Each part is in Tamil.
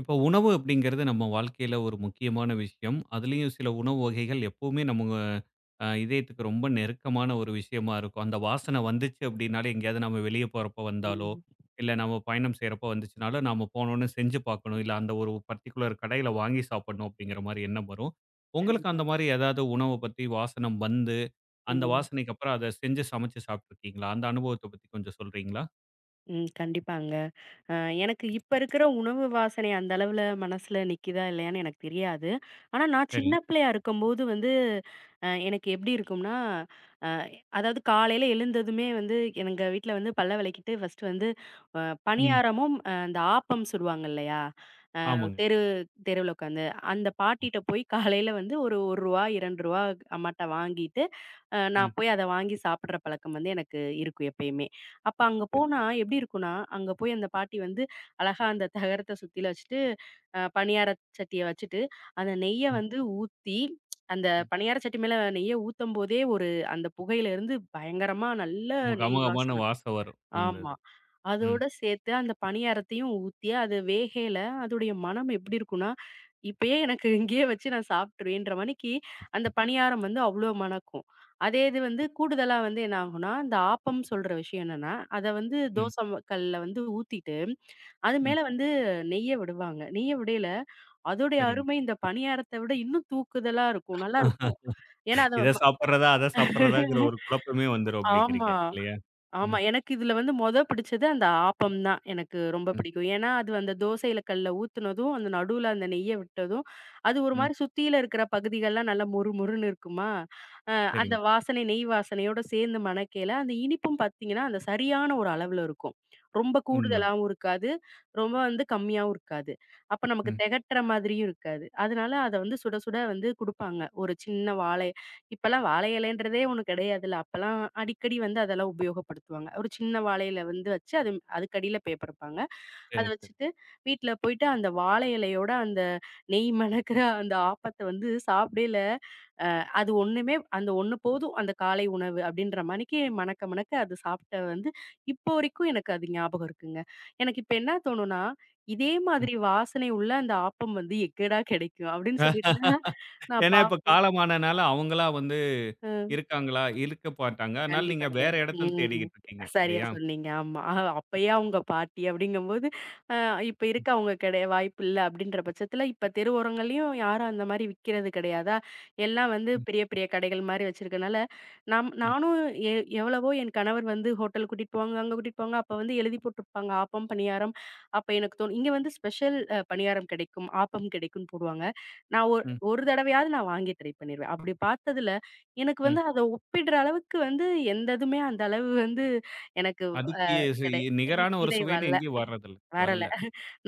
இப்போ உணவு அப்படிங்கிறது நம்ம வாழ்க்கையில ஒரு முக்கியமான விஷயம். அதுலயும் சில உணவு வகைகள் எப்பவுமே நம்ம இதயத்துக்கு ரொம்ப நெருக்கமான ஒரு விஷயமா இருக்கும். அந்த வாசனை வந்துச்சு அப்படின்னாலே எங்கேயாவது நம்ம வெளிய போறப்போ வந்தாலோ, ம். இல்ல நம்ம பயணம் செய்றப்போ வந்துச்சுனாலோ, நாம போனோனே செஞ்சு பார்க்கணும். இல்ல அந்த ஒரு பர்ட்டிகுலர் கடையில வாங்கி சாப்பிடணும் அப்படிங்கிற மாரி எண்ணம் வரும். உங்களுக்கு அந்த கண்டிப்பாங்க. மாரி ஏதாவது உணவ பத்தி வாசனம் வந்து, அந்த ம். வாசனைக்கு அப்புறம் அத செஞ்சு சமைச்சு சாப்பிட்டுருக்கீங்களா? அந்த அனுபவத்த பத்தி கொஞ்சம் சொல்றீங்களா? ம். கண்டிப்பாங்க. அ எனக்கு இப்ப இருக்கிற உணவு வாசனை அந்த அளவுல மனசுல நிக்கிதா, இல்லையான்னு எனக்கு தெரியாது. ஆனா, நான் சரி. சின்ன பிள்ளையா இருக்கும்போது வந்து, எனக்கு எப்படி இருக்கும்னா, அ அதாவது காலையில எழுந்ததுமே வந்து எங்க வீட்ல வந்து பல்ல விளக்கிட்டு ஃபர்ஸ்ட் வந்து அ ம். பணியாரமும், அந்த ஆப்பம் சுடுவாங்க இல்லையா? ஆமாங்க. தெரு தெருவுல உட்காந்து. அந்த பாட்டிட்ட போய் காலையில வந்து ஒரு ரூ. 1, ரூ. 2 அம்மாட்ட வாங்கிட்டு ம். நான் போய் அத வாங்கி சாப்பிடுற பழக்கம் வந்து எனக்கு இருக்கும் எப்பயுமே. அப்ப அங்க சரி. போனா எப்படி இருக்கும்னா, அங்க போய் அந்த பாட்டி வந்து அழகா அந்த தகரத்த சுத்தியில வச்சுட்டு, பணியார சட்டிய வச்சுட்டு, அந்த நெய்ய ம். வந்து ஊத்தி அந்த பணியார சட்டி மேல நெய்ய ஊத்தும்போதே ஒரு அந்த புகையில இருந்து பயங்கரமா நல்ல உம நெய் கமகமான வாசன. வாசம் வரும் அந்த ஆமா. இது. ம், அதோட சேர்த்து அந்த பணியாரத்தையும் ஊத்தி, அது வேகையில அதோடைய மனம் எப்படி இருக்கும்னா, இப்பயே எனக்கு இங்கேயே வச்சு நான் சாப்பிட்டுருவேன்ற மணிக்கு, அந்த பணியாரம் வந்து அவ்ளோ மணக்கும். அதே இது வந்து கூடுதலா வந்து என்ன ஆகும்னா, இந்த ஆப்பம் சொல்ற விஷயம் என்னன்னா, அத வந்து ம், தோசை கல்லுல வந்து ஊத்திட்டு, அது ம். மேல வந்து நெய்ய விடுவாங்க. நெய்ய விடையில அதோடைய சரிங்க. அருமை இந்த பணியாரத்த விட இன்னும் தூக்குதலா இருக்கும். நல்லாருக்கும். ஏன்னா அத இத சாப்பிடுறதா, அத சாப்பிடுறதாங்கிற ஒரு குழப்பமே வந்துரும் அப்படிங்கிறீங்க ஆமா. இல்லையா? ஆமா. ம், எனக்கு இதுல வந்து மொத பிடிச்சது அந்த ஆப்பம் தான். எனக்கு ரொம்ப ம், பிடிக்கும். ஏன்னா, அது அந்த தோசையில கல்ல ஊத்துனதும், அந்த நடுவுல அந்த நெய்ய விட்டதும், அது ஒரு ம். மாரி சுத்தியில இருக்கிற பகுதிகள்லாம் நல்லா மொறுமொறுன்னு இருக்குமா, அ அந்த சரிங்க. வாசனை நெய் வாசனையோட சேர்ந்து மணக்கையில, அந்த இனிப்பும் பார்த்தீங்கன்னா, அந்த சரியான ஒரு அளவுல இருக்கும். ரொம்ப உண்மதான். கூடுதலாவும் இருக்காது. ரொம்ப வந்து கம்மியாவும் இருக்காது. அப்ப நமக்கு ம். தெகட்டுற மாதிரியும் இருக்காது. அதனால அத வந்து சுட சுட வந்து குடுப்பாங்க. ஒரு சின்ன வாழை இப்பல்லாம் வாழை இலைன்றதே ஒண்ணு கிடையாதுல்ல. அப்பல்லாம் அடிக்கடி வந்து அதெல்லாம் உபயோகப்படுத்துவாங்க. ஒரு சின்ன வாழை இலை வந்து வச்சு அது அதுக்கடியில பேப்பர் வைப்பாங்க. அத சரி, சரி. வச்சுட்டு வீட்ல போயிட்டு அந்த வாழை இலையோட அந்த நெய் மணக்கிற அந்த ஆப்பத்த வந்து சாப்பிடையில, அ அது ஒண்ணுமே அந்த ஒண்ணு போதும் அந்த காலை உணவு அப்படின்ற மாணிக்கு மணக்க மணக்க அது சாப்பிட்ட வந்து இப்போ வரைக்கும் எனக்கு அது ஞாபகம் இருக்குங்க. எனக்கு இப்ப என்ன தோணும்னா, இதே ம். மாதிரி வாசனை உள்ள அந்த ஆப்பம் வந்து எங்கடா கிடைக்கும் அப்படின்னு சொல்லிட்டுலாம் நான் ஏன்னா இப்ப பார்ப்பேன். காலமானனால அவங்களா வந்து அ. இருக்காங்களா? இருக்க மாட்டாங்க. அதனால கண்டிப்பா நீங்க வேற கிடையாது. இடத்துல ம். தேடிக்கிட்டு இருக்கீங்க சரியா இல்லையா? சொன்னீங்க. ஆமா. அப்பயே அவங்க பாட்டி அப்படிங்கும்போது, அ இப்ப ம், இருக்க அவங்க கிடையா வாய்ப்பு இல்ல அப்படின்ற பட்சத்துல, இப்ப தெருவோரங்கள்லயும் யாரும் அந்த மாரி விக்கிறது கிடையாதா? எல்லாம் வந்து ம், பெரிய பெரிய கடைகள் மாரி வச்சிருக்கனால, ம், நானும் எ எவ்வளவோ என் கணவர் வந்து ஹோட்டல் கூட்டிட்டு போவாங்க, அங்க கூட்டிட்டு போவாங்க. அப்ப வந்து எழுதி போட்டுருப்பாங்க. ஆப்பம், பணியாரம். அப்ப எனக்கு தோணும், இங்க வந்து ஸ்பெஷல் பணியாரம் கிடைக்கும், ஆப்பம் கிடைக்கும்னு போடுவாங்க. நான் ஒரு ம், ஒரு தடவையாவது நான் வாங்கி ட்ரை பண்ணிருவேன். அப்படி பார்த்ததுல, எனக்கு ம். வந்து அத ஒப்பிடுற அளவுக்கு வந்து எந்த இதுமே அந்த அளவு வந்து எனக்கு அதுக்கு சு கிடை இ நிகரான ஒரு இடை சுவைன்னு வல்ல எங்கேயும் வர்றதில்ல. வரல. வரல.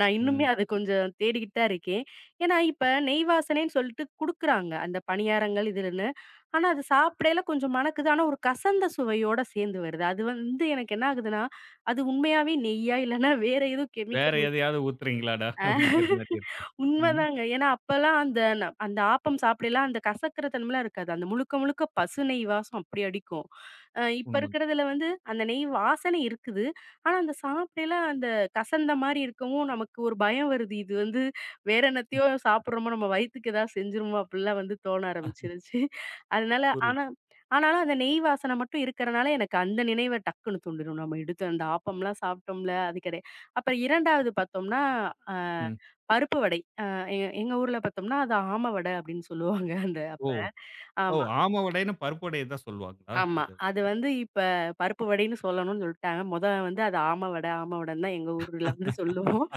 நான் இன்னுமே ம். அது கொஞ்சம் தேடிக்கிட்டு தான் இருக்கேன். ஏன்னா, இப்ப நெய் வாசனைன்னு சொல்லிட்டு குடுக்குறாங்க. அந்த பணியாரங்கள் இதுலன்னு. ஆனா, அது சாப்பிடையில கொஞ்சம் மணக்குது. ஆனா, ஒரு கசந்த சுவையோட சேர்ந்து வருது. அது வந்து எனக்கு என்ன ஆகுதுன்னா, அது உண்மையாவே நெய்யா இல்லன்னா வேற ஏதோ வேற கெமிக்கல் எதையாவது ஊத்துறீங்களாடா? அப்படிங்கிற ஊத் மாரி இருக்கு. ம். உண்மைதாங்க. ஏன்னா அப்பலாம் அந்த அந்த ஆப்பம் சாப்பிடைலாம் அந்த கசக்குற தன்மைலாம் இருக்காது. அந்த முழுக்க முழுக்க பசு நெய் வாசம் அப்படி அடிக்கும். இப்ப உண்மதான். இருக்கிறதுல வந்து அந்த நெய் வாசனை இருக்குது. ஆனா அந்த சாப்பிடையில அந்த கசந்த மாரி இருக்கவும் நமக்கு ஒரு பயம் வருது. இது வந்து வேற ம். என்னத்தையோ சாப்பிடுறோமோ, நம்ம வயித்துக்கு ஏதாவது செஞ்சுருமோ அப்படிலாம் வந்து தோண அ ஆரம்பிச்சிருச்சு. அதனால புரியுது. ஆனா ஆனாலும் அந்த நெய் வாசனை மட்டும் இருக்கிறனால எனக்கு அந்த நினைவ டக்குன்னு தூண்டிரும். நம்ம எடுத்து அந்த ஆப்பம்லாம் சாப்பிட்டோம்ல அது கிடையாது. அப்புறம் 2வது பார்த்தோம்னா, அ ம். பருப்பு வடை. அ எ எங்க ஊர்ல பார்த்தோம்னா, அது ஆம வடை அப்படின்னு சொல்லுவாங்க அந்த ஓ! அப்ப. ஓ! ஆமா, ஆம வடைன்னு பருப்பு வடைய தான் சொல்லுவாங்களா? ஆமா. அது. அது வந்து இப்ப பருப்பு வடைன்னு சொல்லணும்னு சொல்ட்டாங்க. மொத வந்து அது ஆம வடை, ஆம வடைன்னு தான் எங்க ஊர்ல வந்து சொல்லுவோம்.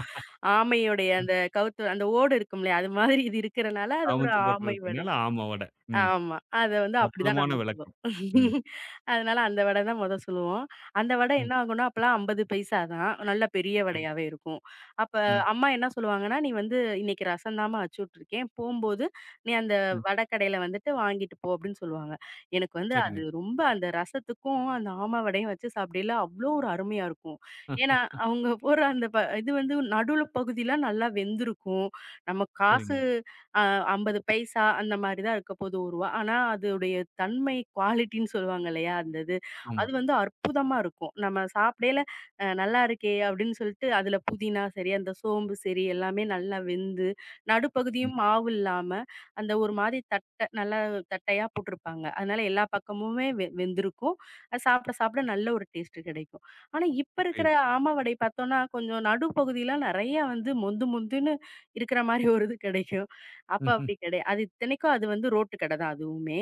ஆமையுடைய அந்த கவுத்து அந்த ஓடு இருக்கும்லையா, அது மாதிரி இது இருக்கிறனால அது ஒரு அவுத்து ஆமை வடை. போட்டுருக்கனால ஆம வடை. ம். ஆமா. அத வந்து அப்படிதான் அற்புதமான நாங்க சொல்லுவோம். விளக்கம். ம். அதனால அந்த வடை தான் மொத சுடுவோம். அந்த வடை ம். என்ன ஆகும்னா, அப்பலாம் 50 பைசா தான். நல்ல பெரிய சரி. வடையாவே இருக்கும். அப்ப ம். அம்மா என்ன சொல்லுவாங்கன்னா, "நீ வந்து இன்னைக்கு ரசம் தாம்மா வச்சு விட்டுருக்கேன். போம்போது நீ அந்த ம். வடை கடையில வந்துட்டு வாங்கிட்டு போ" அப்படின்னு சொல்லுவாங்க. எனக்கு வந்து சரிங்க. அது ரொம்ப அந்த ரசத்துக்கும், அந்த ஆமா வடையும் வச்சு சாப்பிடையில அவ்ளோ ஒரு அருமையா இருக்கும். அ ஏன்னா, அவங்க போடுற அந்த இது வந்து நடுவுல பகுதிலாம் நல்லா வெந்திருக்கும். நம்ம சரிங்க. காசு அ 50 பைசா அந்த மாரி தான் இருக்க போது ரூ. 1. ஆனா, அதோடைய தன்மை குவாலிட்டின்னு சொல்லுவாங்க இல்லையா? அந்த இது. ஆமா. அது வந்து அற்புதமா இருக்கும். நம்ம சாப்பிடையில நல்லா இருக்கே! அப்படின்னு சொல்லிட்டு அதில புதினா சரி, அந்த சோம்பு சரி எல்லாமே நல்லா வெந்து, ம். நடுப்பகுதியும் மாவு இல்லாம, அந்த ஒரு மாரி தட்ட நல்லா தட்டையா போட்டிருப்பாங்க. அதனால எல்லா பக்கமுமே வெந்திருக்கும். அது சாப்பிட சாப்பிட நல்ல ஒரு டேஸ்ட்டு கிடைக்கும். ஆனா, இப்ப இருக்கிற புரியுது. ஆமா வடை பார்த்தோம்னா, கொஞ்சம் நடுப்பகுதியிலாம் நெறையா வந்து மொந்து மொந்துன்னு இருக்கிற மாரி ஒரு இது கிடைக்கும். அப்ப ம்ஹ்ம். அப்படி கிடையாது. அது இத்தனைக்கும் அது வந்து ரோட்டு கடை தான் அதுவுமே.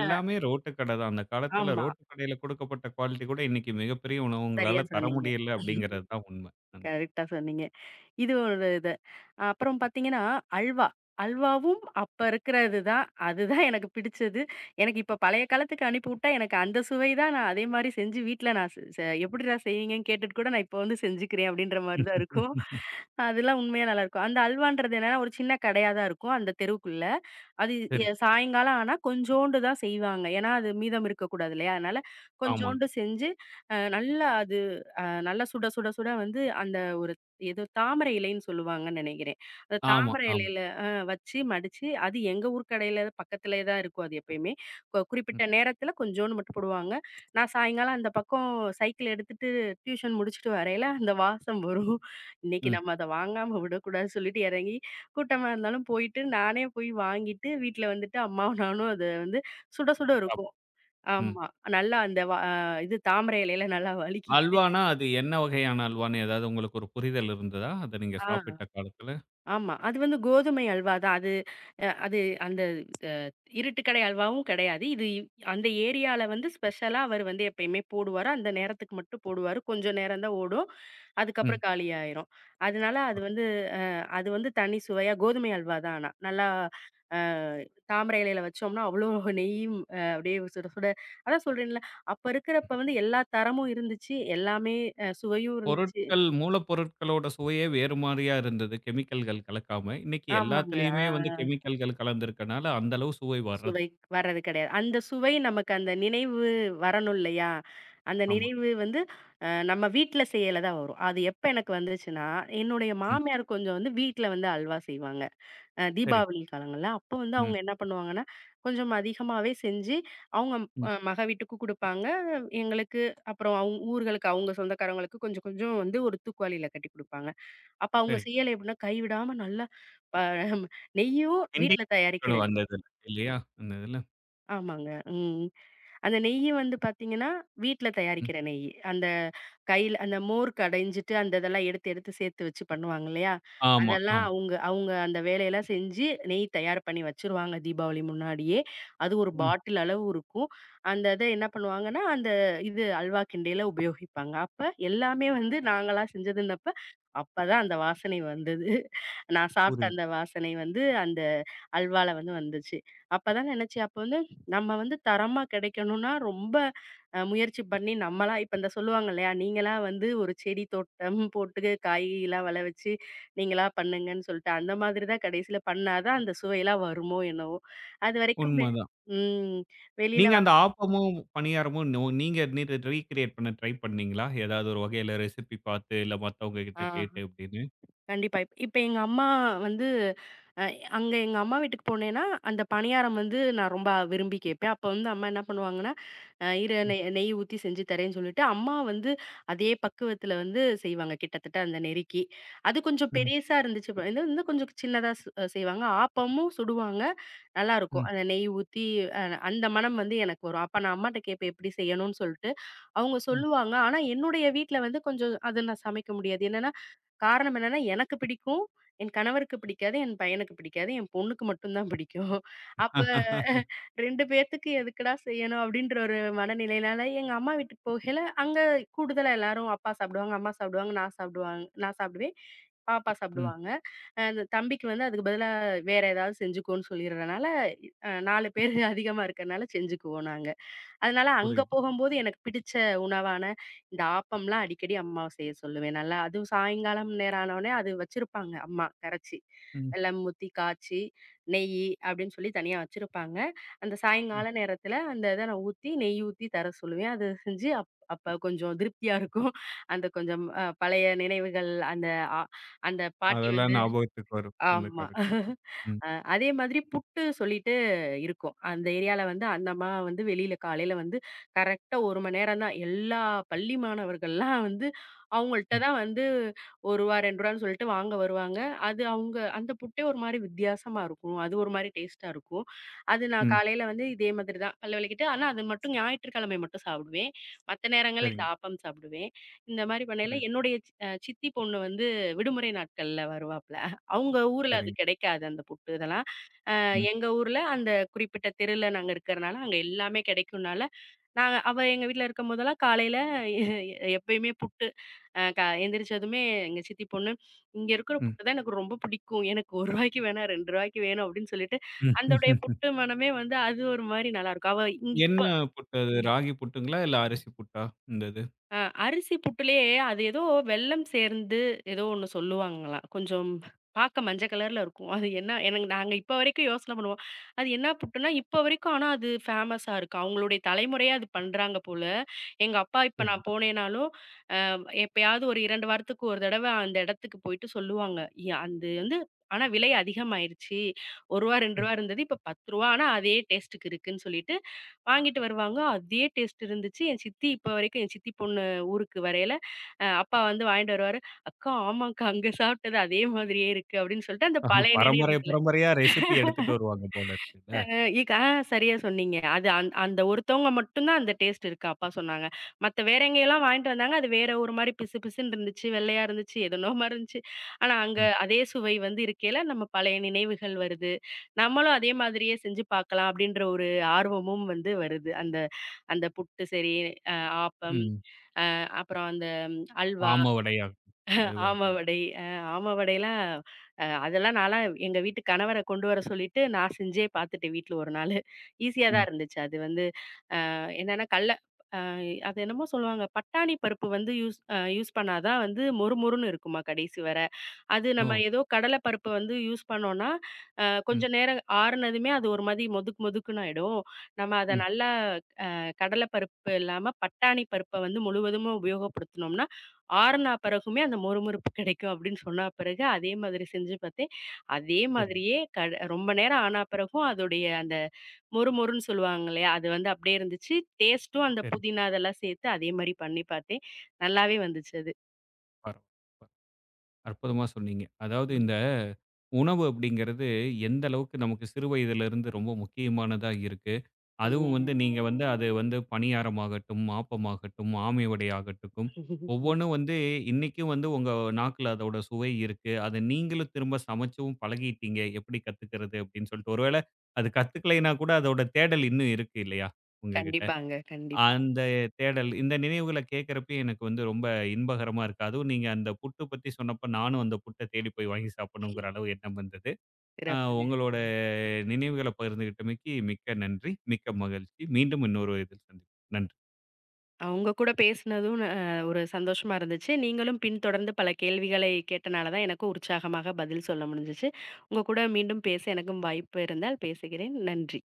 அ ரோட்டு கடை தான். அந்த காலத்துல ஆமா. ரோட்டு கடையில குடுக்கப்பட்ட குவாலிட்டி கூட இன்னைக்கு மிகப்பெரிய சரியா உணவகங்களால தர சொன்னீங்க. முடியல அப்படிங்கிறது தான் உண்மை. அந்த. கரெக்ட்டா சொன்னீங்க. இது ஒரு இது. அப்புறம் பார்த்தீங்கன்னா, அல்வா. அல்வாவும் அப்ப இருக்கிறது தான். அதுதான் எனக்கு பிடிச்சது. எனக்கு இப்ப பழைய காலத்துக்கு அனுப்பிவுட்டா, எனக்கு அந்த சுவை தான் நான் அதே மாரி செஞ்சு வீட்ல நான் செ செ எப்படிடா செய்வீங்கன்னு கேட்டுட்டு கூட, நான் இப்ப வந்து செஞ்சுக்கிறேன் அப்படின்ற மாரி தான் இருக்கும். அதெல்லாம் உண்மையா நல்லாருக்கும். அந்த அல்வான்றது என்னன்னா, ஒரு சின்ன கடையா தான் இருக்கும், அந்த தெருவுக்குள்ள. அது சரி. சாயங்காலம் ஆனா கொஞ்சோண்டு தான் செய்வாங்க. ஏன்னா, அது மீதம் இருக்கக்கூடாது இல்லையா? அதனால ஆமாங்க. கொஞ்சோண்டு செஞ்சு, நல்லா அது நல்லா சுட சுட சுட வந்து அந்த ஒரு ஏதோ தாமரை இலைன்னு சொல்லுவாங்கன்னு நெனைக்கிறேன். அந்த ஆமா, தாமரை ஆமா. இலையில வச்சு மடிச்சு, அது எங்க ஊர் கடையில பக்கத்திலேயே தான் இருக்கும் அது எப்பயுமே. ம். குறிப்பிட்ட நேரத்தில கொஞ்சோண்டு மட்டும் போடுவாங்க. நான் சாயங்காலம் அந்த பக்கம் சைக்கிள் எடுத்துட்டு டியூஷன் முடிச்சுட்டு வரையில அந்த வாசம் வரும். இன்னைக்கு ம். நம்ம அத வாங்காம விடக்கூடாதுன்னு சொல்லிட்டு இறங்கி, கூட்டமா இருந்தாலும் போயிட்டு, நானே போய் வாங்கிட்டு, வீட்ல வந்துட்டு அம்மாவும் நானும் அத வந்து சுட சுட சாப்பிடு. இருக்கும். ம். ஆமா. நல்லா அந்த வ அ இது தாமரை இலையில நல்லா வழுக்கிக்கிட்டு அல்வானா, அது என்ன வகையான அல்வான்னு ஏதாவது உங்களுக்கு ஒரு புரிதல் இருந்ததா? அத நீங்க ஆ, சாப்பிட்ட காலத்துல? ஆமா. அது வந்து கோதுமை அல்வா தான். அது அ அது அந்த இருட்டு கடை அல்வாவும் கிடையாது. இது அந்த ஏரியால வந்து ஸ்பெஷலா அவர் வந்து எப்பயுமே போடுவாரு. அந்த நேரத்துக்கு மட்டும் போடுவாரு. கொஞ்சம் நேரம் தான் ஓடும். ம். அதுக்கப்புறம் காலியாயிரும். அதனால அது வந்து அது வந்து தனி சுவையா கோதுமை அல்வா தான் ஆனா. நல்லா அ தாமரை இலையில வச்சோம்னா, அவ்ளோ நெய்யும் அப்படியே சுட சுட அதான் சொல்றேன்ல, அப்ப இருக்கிறப்ப வந்து எல்லா தரமும் இருந்துச்சு. எல்லாமே சுவையும் இருந்துச்சு. பொருட்கள் மூலப்பொருட்களோட சுவையே வேறு மாரியா இருந்தது. கெமிக்கல்கள் கலக்காம. இன்னைக்கு ஆமாங்க. எல்லாத்துலயுமே வந்து கெமிக்கல்கள் கலந்திருக்கனால, அந்த அளவு சுவை வர்றது. சுவை வர்றது கிடையாது. அந்த சுவை நமக்கு அந்த நினைவு வரணும் இல்லையா? அந்த ஆமா. நினைவு வந்து நம்ம வீட்ல செய்யல தான் வரும். அது எப்ப எனக்கு வந்துச்சுன்னா, என்னுடைய ம். மாமியார் கொஞ்சம் வந்து வீட்ல வந்து அல்வா செய்வாங்க. சரி. தீபாவளி காலங்கள்ல. அப்போ வந்து ம். அவங்க என்ன பண்ணுவாங்கன்னா, கொஞ்சம் அதிகமாவே செஞ்சு அவங்க ம். மக வீட்டுக்கு குடுப்பாங்க. எங்களுக்கு அப்புறம் அவங்க ஊர்களுக்கு அவங்க சொந்தக்காரங்களுக்கு கொஞ்சம் கொஞ்சம் வந்து ஒரு தூக்குவாளியில கட்டி குடுப்பாங்க. அப்ப அவங்க சரி. செய்யலை எப்படின்னா, கைவிடாம நல்லா ப நெய்யும் கிண்டி வீட்ல தயாரிக்கிற இருக்கணும் அந்த இதுல. இல்லையா? அந்த இதுல. ஆமாங்க. ம். அந்த நெய்யி வந்து பாத்தீங்கன்னா, வீட்ல ம். தயாரிக்கிற நெய்யி. அந்த கையில அந்த மோர் கடைஞ்சிட்டு, அந்த இதெல்லாம் எடுத்து எடுத்து சேர்த்து வச்சு பண்ணுவாங்க இல்லையா? ஆமா, அதெல்லாம் ஆமா. அவுங்க அவுங்க அந்த வேலையெல்லாம் செஞ்சு, நெய் தயார் பண்ணி வச்சுருவாங்க தீபாவளி முன்னாடியே. அது ஒரு ம். பாட்டில் அளவு இருக்கும். அந்த இத என்ன பண்ணுவாங்கன்னா, அந்த இது அல்வா கிண்டையில உபயோகிப்பாங்க. அப்ப எல்லாமே வந்து நாங்களா செஞ்சதுன்னப்ப, அப்பதான் அந்த வாசனை வந்தது. நான் சாப்ட்ட புரியுது. அந்த வாசனை வந்து, அந்த அல்வால வந்து வந்துச்சு. அப்பதான் நினைச்சேன், அப்ப வந்து நம்ம வந்து தரமா கிடைக்கணும்னா ரொம்ப முயற்சி பண்ணி நம்மளா இப்ப இந்த சொல்லுவாங்க இல்லையா, நீங்களா வந்து ஒரு செடி தோட்டம் போட்டு காய்லாம் வள வச்சு, நீங்களா பண்ணுங்கன்னு சொல்லிட்டு, அந்த மாதிரி தான் கடைசியில பண்ணா தான் அந்த சுவையெல்லாம் வருமோ என்னவோ! அதுவரைக்கும் வெ உண்மதான். ம் வெளியில நீங்க அந்த ஆப்பமும், பணியாரமும் நீங்க நீங்க ரீகிரியேட் பண்ண ட்ரை பண்ணீங்களா? ஏதாவது ஒரு வகையில ரெசிபி பார்த்து, இல்ல மத்தவங்க கிட்ட ஆ. கேட்டு அப்படின்னு? கண்டிப்பா. இப்ப எங்க அம்மா வந்து அ அங்க எங்க அம்மா வீட்டுக்கு போனேன்னா, அந்த பணியாரம் வந்து நான் ரொம்ப விரும்பி கேட்பேன். அப்ப வந்து அம்மா என்ன பண்ணுவாங்கன்னா, அ இரு ம், நெய் நெய் ஊத்தி செஞ்சு தரேன்னு சொல்லிட்டு, அம்மா வந்து அதே பக்குவத்துல வந்து செய்வாங்க கிட்டத்தட்ட அந்த நெருக்கி. அது கொஞ்சம் ம், பெருசா இருந்துச்சு. இது வந்து கொஞ்சம் சின்னதா சு செய்வாங்க. ஆப்பமும் சுடுவாங்க. நல்லாருக்கும். ம், அந்த நெய் ஊத்தி அ அந்த மனம் வந்து எனக்கு வரும். அப்ப நான் அம்மாட்ட கேட்பேன் எப்படி செய்யணும்னு சொல்ட்டு. அவங்க ம். சொல்லுவாங்க. ஆனா என்னுடைய வீட்ல வந்து கொஞ்சம் அது நான் சமைக்க முடியாது. என்னன்னா காரணம் என்னன்னா, எனக்கு பிடிக்கும். என் கணவருக்கு பிடிக்காது. என் பையனுக்கு பிடிக்காது. என் பொண்ணுக்கு மட்டும் தான் பிடிக்கும். அப்ப 2 பேத்துக்கு எதுக்குடா செய்யணும்? அப்படின்ற ஒரு மனநிலையினால எங்க அம்மா வீட்டுக்கு போகையில, அங்க கூடுதலா எல்லாரும் அப்பா சாப்பிடுவாங்க, அம்மா சாப்பிடுவாங்க, நான் சாப்பிடுவேன். பாப்பா ம், சாப்பிடுவாங்க. அந்த தம்பிக்கு வந்து அதுக்கு பதிலா வேற ஏதாவது செஞ்சுக்கோன்னு சொல்லிடுறனால, 4 பேர் அதிகமா இருக்கறனால செஞ்சுக்குவோம் நாங்க. அதனால அங்க புரியுது. போகும்போது எனக்கு பிடிச்ச உணவான இந்த ஆப்பம்லாம் அடிக்கடி அம்மாவ செய்ய சொல்லுவேன். நல்லா அதுவும் சாயங்காலம் நேரம் ஆனோனே அது வச்சிருப்பாங்க அம்மா கரைச்சு. ம், வெல்லம் ஊத்தி, காய்ச்சி, நெய் அப்படின்னு சொல்லி தனியா வச்சிருப்பாங்க. அந்த ம். சாயங்கால நேரத்துல அந்த இத நான் ஊத்தி, நெய் ஊத்தி தர சொல்லுவேன். அது செஞ்சு அப்ப கொஞ்சம் திருப்தியா இருக்கும். அந்த கொஞ்சம் பழைய நினைவுகள் அந்த அ அந்த பாட்டி அதெல்லாம் வந்து ஞாபகத்துக்கு வரும். அந்த ஆமா. காலத்து ம். அதே மாதிரி புட்டு சொல்லிட்டு இருக்கும். அந்த ஏரியால வந்து அந்த அம்மா வந்து வெளியில காலையில வந்து கரெக்ட்டா 1 மணி நேரம் தான். எல்லா பள்ளி மாணவர்கள்லாம் வந்து அவங்கள்ட்ட ம், தான் வந்து ரூ. 1 ரூ. 2ன்னு சொல்லிட்டு வாங்க வருவாங்க. அது அவங்க அந்த புட்டே ஒரு மாரி வித்தியாசமா இருக்கும். அது ஒரு மாரி டேஸ்ட்டா இருக்கும். அது நான் ம். காலையில வந்து இதே மாதிரி தான் பல் விளக்கிட்டு ஆனா அது மட்டும் ஞாயிற்றுக்கிழமை மட்டும் சாப்பிடுவேன். மத்த நேரங்கள்ல சரிங்க. இந்த ஆப்பம் சாப்பிடுவேன். இந்த மாரி பண்ணையில புரியுது. என்னுடைய சித்தி பொண்ணு வந்து விடுமுறை நாட்கள்ல வருவாப்ல. அவங்க ஊர்ல அது சரிங்க. கிடைக்காது அந்த புட்டு இதெல்லாம். அ ம், எங்க ஊர்ல அந்த குறிப்பிட்ட தெருல நாங்க இருக்கிறனால, அங்க எல்லாமே கிடைக்கும்னால, நாங்க அவ எங்க வீட்ல இருக்கும்போதெல்லாம் காலையில எப்பயுமே புட்டு. அ க எந்திரிச்சதுமே எங்க சித்தி பொண்ணு, "இங்க இருக்கிற ம். புட்டு தான் எனக்கு ரொம்ப பிடிக்கும். எனக்கு ரூ. 1 வேணாம், ரூ. 2 வேணும்" அப்படின்னு சொல்லிட்டு, ம், ம், அதோடைய ம். புட்டு மணமே வந்து அது ஒரு மாரி நல்லாருக்கும். அவ இங்க என்ன இப்ப புட்டு அது? ராகி புட்டுங்களா? இல்ல அரிசி புட்டா? இந்த இது. அ அரிசி புட்டுலயே அது ஏதோ வெல்லம் சேர்ந்து ஏதோ ஒண்ணு சொல்லுவாங்களாம். கொஞ்சம் பார்க்க மஞ்ச கலர்ல இருக்கும். அது என்ன எனக்கு நாங்க இப்ப வரைக்கும் யோசனை பண்ணுவோம். அது என்ன புட்டுன்னா இப்ப வரைக்கும் ஆனா அது ஃபேமஸா இருக்கு. அவங்களுடைய தலைமுறையா அது பண்றாங்க போல. எங்க அப்பா இப்ப சரிங்க, நான் போனேன்னாலும், எப்பயாவது ஒரு 2 வாரத்துக்கு ஒரு தடவ அந்த இடத்துக்கு போயிட்டு சொல்லுவாங்க. அது வந்து ஆனா விலை அதிகமாயிருச்சு. ரூ. 1 ரூ. 2 சரி. இருந்தது. இப்ப ரூ. 10 ஆனா அதே டேஸ்ட்டுக்கு இருக்குன்னு சொல்லிட்டு வாங்கிட்டு வருவாங்க. அதே டேஸ்ட் இருந்துச்சு. என் சித்தி இப்ப வரைக்கும் என் சித்தி பொண்ணு ஊருக்கு வரையில, அப்பா வந்து வாங்கிட்டு வருவாரு. "அக்கா ஆமாக்கா, அங்க சாப்பிட்டது அதே மாதிரியே இருக்கு." அப்படின்னு சொல்லிட்டு அந்த அது பழைய பரம்பரை நினைவுகள பரம்பரையா ரெசிபி எடுத்துட்டு வருவாங்க போல இருக்குல்ல. அ இக் ஆ சரியா சொன்னீங்க. அது அந்த ஒருத்தவங்க மட்டும் தான் அந்த டேஸ்ட் இருக்கு அப்பா சொன்னாங்க. மத்த வேற எங்கேயெல்லாம் வாங்கிட்டு வந்தாங்க, அது வேற ஒரு மாரி பிசு பிசுன்னு இருந்துச்சு, வெள்ளையா இருந்துச்சு, எதனோ மாரி இருந்துச்சு. ஆனா அங்க ம், அதே சுவை வந்து இருக்கையில நம்ம பழைய நினைவுகள் வருது. நம்மளும் அதே மாதிரியே செஞ்சு பார்க்கலாம் அப்படின்ற ஒரு ஆர்வமும் வந்து வருது. அந்த அந்த புட்டு சரி, அ ஆப்பம், ம். அப்புறம் அந்த அல்வா, ஆம வடையா எதுவா ஆம இருந்தாலும். வடை. ஆம வடைலாம் அதெல்லாம் நான்லாம் எங்க வீட்டு கணவர கொண்டு வர சொல்லிட்டு, நான் செஞ்சே பார்த்துட்டேன் வீட்ல ஒரு நாளு. ஈஸியா தான் ம். இருந்துச்சு. அது வந்து என்னன்னா கல்ல அ அது என்னமோ சொல்லுவாங்க, பட்டாணி பருப்பு வந்து யூஸ் பண்ணா தான் வந்து மொறுமொறுன்னு இருக்குமாம் கடைசி வர. அது ஓ! நம்ம ஏதோ கடல பருப்பு வந்து யூஸ் பண்ணோம்னா, ம், கொஞ்சம் நேரம் ஆறுனதுமே அது ஒரு மாரி மொதுக்கு மொதுக்குன்னு ஆயிடும். நம்ம அத ம். நல்லா கடலை பருப்பு இல்லாம பட்டாணி பருப்ப வந்து முழுவதுமா உபயோகப்படுத்துனோம்னா, ஆறுனா பிறகுமே அந்த மொறுமொறுப்பு கிடைக்கும் அப்படின்னு சொன்னா பிறகு, அதே மாதிரி செஞ்சு பார்த்தேன். அதே சரிங்க, மாதிரியே ரொம்ப நேரம் ஆனா பிறகும் அதோடைய அந்த மொறுமொறுன்னு சொல்லுவாங்க இல்லையா? அது வந்து அப்படியே இருந்துச்சு. டேஸ்ட்டும் அந்த சரி. புதினா அதெல்லாம் சேர்த்து அதே மாரி பண்ணி பார்த்தேன். நல்லாவே வந்துச்சு அது. பரவா அற்புதமா சொன்னீங்க. அதாவது ம். இந்த உணவு அப்படிங்கிறது எந்த அளவுக்கு நமக்கு சிறு வயதிலிருந்து ரொம்ப முக்கியமானதா இருக்கு. அதுவும் வந்து நீங்க வந்து அது வந்து பணியாரமாகட்டும், ஆப்பமாகட்டும், ஆமை வடையாகட்டும் ம். ஒவ்வொன்னும் வந்து இன்னைக்கும் வந்து உங்க நாக்குல அதோட சுவை இருக்கு. அத நீங்களும் திரும்ப சமைச்சும் பழகிட்டீங்க. எப்படி கத்துக்கிறது அப்படின்னு சொல்லிட்டு. ஒருவேள அது கத்துக்கலைன்னா கூட அதோட தேடல் இன்னும் இருக்கு இல்லையா? உங்ககிட்ட. கண்டிப்பாங்க. கண்டிப்பா. அந்த தேடல், இந்த நினைவுகள கேட்கிறப்பயே எனக்கு வந்து ரொம்ப இன்பகரமா இருக்கு. அதுவும் நீங்க அந்த புட்டு பத்தி சொன்னப்ப நானும் அந்த புட்ட தேடி போய் வாங்கி சாப்பிடணுங்கிற அளவு எண்ணம் வந்தது. அ சிறப்புங்க. உங்களோட ம். நினைவுகள பகிர்ந்துகிட்டமைக்கு மிக்க நன்றி, மிக்க மகிழ்ச்சி. மீண்டும் இன்னொரு இதில் சந்திப்போம். நன்றி. உங்க கூட பேசினதும் ஒரு சந்தோஷமா இருந்துச்சு. நீங்களும் பின்தொடர்ந்து பல கேள்விகளை கேட்டனால தான் எனக்கும் உற்சாகமாக பதில் சொல்ல முடிஞ்சுச்சு. உங்க கூட மீண்டும் பேச எனக்கும் வாய்ப்பு இருந்தால் பேசுகிறேன். நன்றி.